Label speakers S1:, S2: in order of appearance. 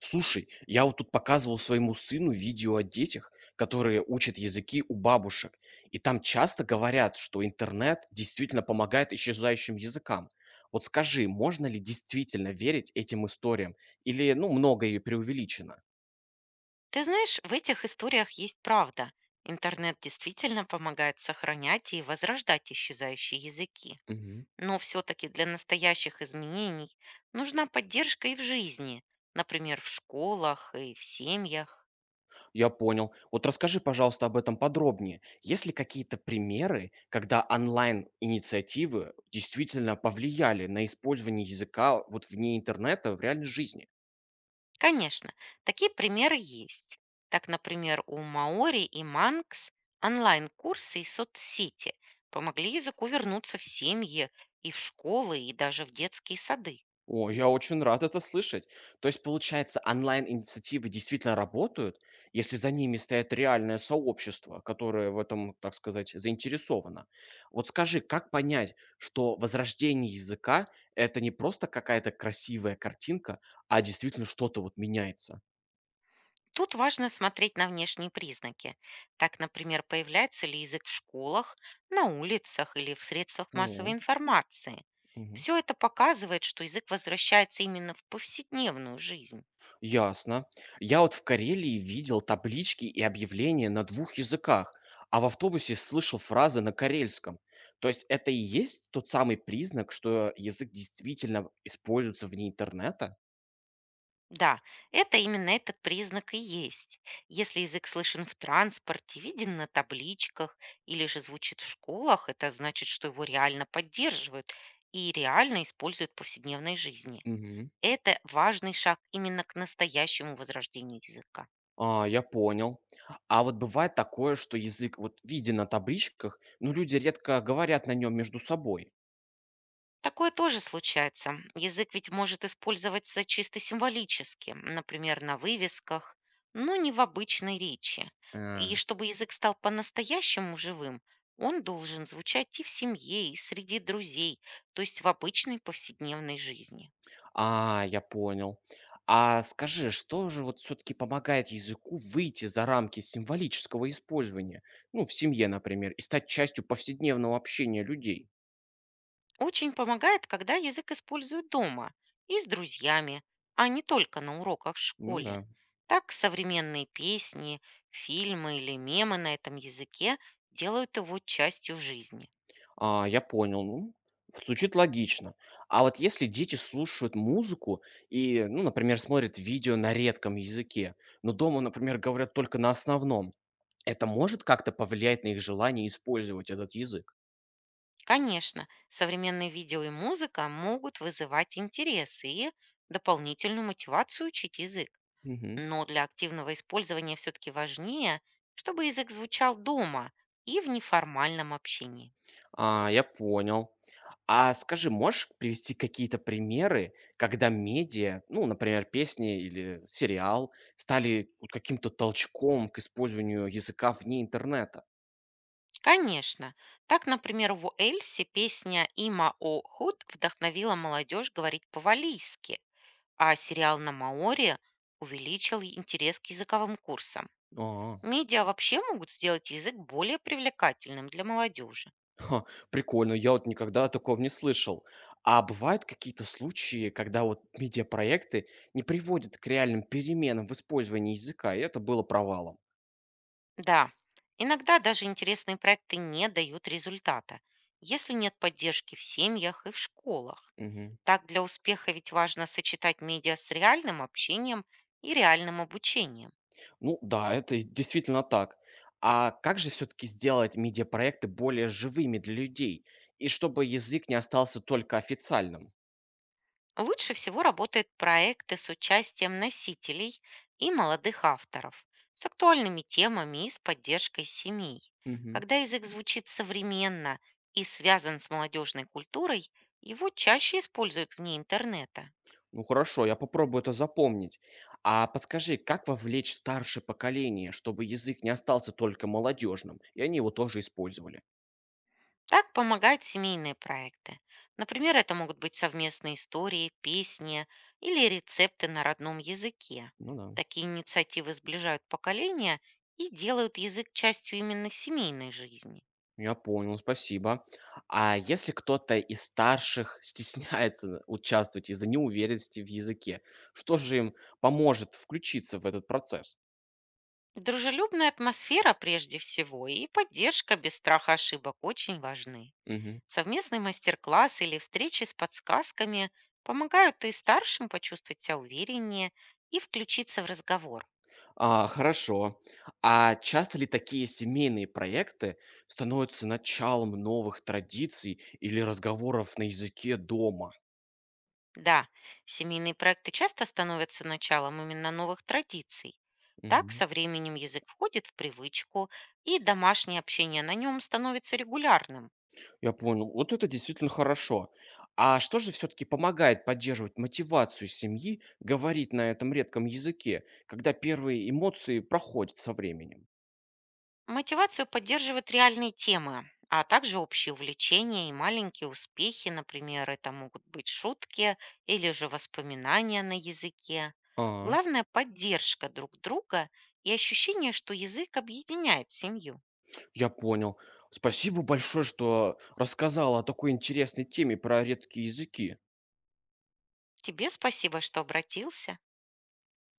S1: Слушай, я вот тут показывал своему сыну видео о детях, которые учат языки у бабушек. И там часто говорят, что интернет действительно помогает исчезающим языкам. Вот скажи, можно ли действительно верить этим историям? Или, ну, многое преувеличено?
S2: Ты знаешь, в этих историях есть правда. Интернет действительно помогает сохранять и возрождать исчезающие языки.
S1: Мгм.
S2: Но все-таки для настоящих изменений нужна поддержка и в жизни, например, в школах и в семьях.
S1: Я понял. Вот расскажи, пожалуйста, об этом подробнее. Есть ли какие-то примеры, когда онлайн-инициативы действительно повлияли на использование языка вот вне интернета в реальной жизни?
S2: Конечно, такие примеры есть. Так, например, у Маори и Манкс онлайн-курсы и соцсети помогли языку вернуться в семьи и в школы, и даже в детские сады.
S1: О, я очень рад это слышать. То есть, получается, онлайн-инициативы действительно работают, если за ними стоит реальное сообщество, которое в этом, так сказать, заинтересовано. Вот скажи, как понять, что возрождение языка– это не просто какая-то красивая картинка, а действительно что-то вот меняется?
S2: Тут важно смотреть на внешние признаки. Так, например, появляется ли язык в школах, на улицах или в средствах массовой
S1: О,
S2: информации.
S1: мгм.
S2: Все это показывает, что язык возвращается именно в повседневную жизнь.
S1: Ясно. Я вот в Карелии видел таблички и объявления на двух языках, а в автобусе слышал фразы на карельском. То есть это и есть тот самый признак, что язык действительно используется вне интернета?
S2: Да, это именно этот признак и есть. Если язык слышен в транспорте, виден на табличках или же звучит в школах, это значит, что его реально поддерживают и реально используют в повседневной жизни.
S1: Мгм.
S2: Это важный шаг именно к настоящему возрождению языка.
S1: А, я понял. А вот бывает такое, что язык вот виден на табличках, но люди редко говорят на нем между собой.
S2: Такое тоже случается. Язык ведь может использоваться чисто символически, например, на вывесках, но не в обычной речи. И
S1: А.
S2: чтобы язык стал по-настоящему живым, он должен звучать и в семье, и среди друзей, то есть в обычной повседневной жизни.
S1: А, я понял. А скажи, что же вот все-таки помогает языку выйти за рамки символического использования? Ну, в семье, например, и стать частью повседневного общения людей.
S2: Очень помогает, когда язык используют дома и с друзьями, а не только на уроках в
S1: Ну
S2: школе.
S1: да.
S2: Так современные песни, фильмы или мемы на этом языке делают его частью жизни.
S1: А, я понял. Ну, звучит логично. А вот если дети слушают музыку и, ну, например, смотрят видео на редком языке, но дома, например, говорят только на основном, это может как-то повлиять на их желание использовать этот язык?
S2: Конечно, современные видео и музыка могут вызывать интерес и дополнительную мотивацию учить язык.
S1: Мгм.
S2: Но для активного использования все-таки важнее, чтобы язык звучал дома и в неформальном общении.
S1: А, я понял. А скажи, можешь привести какие-то примеры, когда медиа, ну, например, песни или сериал, стали вот каким-то толчком к использованию языка вне интернета?
S2: Конечно. Так, например, в Уэльсе песня «Има о худ» вдохновила молодежь говорить по-валийски, а сериал на Маоре увеличил интерес к языковым курсам.
S1: А,
S2: Медиа вообще могут сделать язык более привлекательным для молодежи.
S1: ха, прикольно, я вот никогда о таком не слышал. А бывают какие-то случаи, когда вот медиапроекты не приводят к реальным переменам в использовании языка, и это было провалом?
S2: Да, иногда даже интересные проекты не дают результата, если нет поддержки в семьях и в школах. Так для успеха ведь важно сочетать медиа с реальным общением и реальным обучением.
S1: Ну да, это действительно так. А как же все-таки сделать медиапроекты более живыми для людей? И чтобы язык не остался только официальным?
S2: Лучше всего работают проекты с участием носителей и молодых авторов, с актуальными темами и с поддержкой семей.
S1: Мгм.
S2: Когда язык звучит современно и связан с молодежной культурой, его чаще используют вне интернета.
S1: Ну хорошо, я попробую это запомнить. А подскажи, как вовлечь старшее поколение, чтобы язык не остался только молодежным, и они его тоже использовали?
S2: Так помогают семейные проекты. Например, это могут быть совместные истории, песни или рецепты на родном языке.
S1: Ну да,
S2: Такие инициативы сближают поколения и делают язык частью именно семейной жизни.
S1: я понял, спасибо. А если кто-то из старших стесняется участвовать из-за неуверенности в языке, что же им поможет включиться в этот процесс?
S2: Дружелюбная атмосфера прежде всего и поддержка без страха ошибок очень важны.
S1: Мгм.
S2: Совместный мастер-класс или встречи с подсказками помогают и старшим почувствовать себя увереннее и включиться в разговор.
S1: А, хорошо. А часто ли такие семейные проекты становятся началом новых традиций или разговоров на языке дома?
S2: Да, семейные проекты часто становятся началом именно новых традиций. Так
S1: Мгм.
S2: со временем язык входит в привычку, и домашнее общение на нем становится регулярным.
S1: Я понял. Вот это действительно хорошо. А что же все-таки помогает поддерживать мотивацию семьи говорить на этом редком языке, когда первые эмоции проходят со временем?
S2: Мотивацию поддерживают реальные темы, а также общие увлечения и маленькие успехи. Например, это могут быть шутки или же воспоминания на языке.
S1: А,
S2: Главное– поддержка друг друга и ощущение, что язык объединяет семью.
S1: я понял. Спасибо большое, что рассказала о такой интересной теме про редкие языки.
S2: Тебе спасибо, что обратился.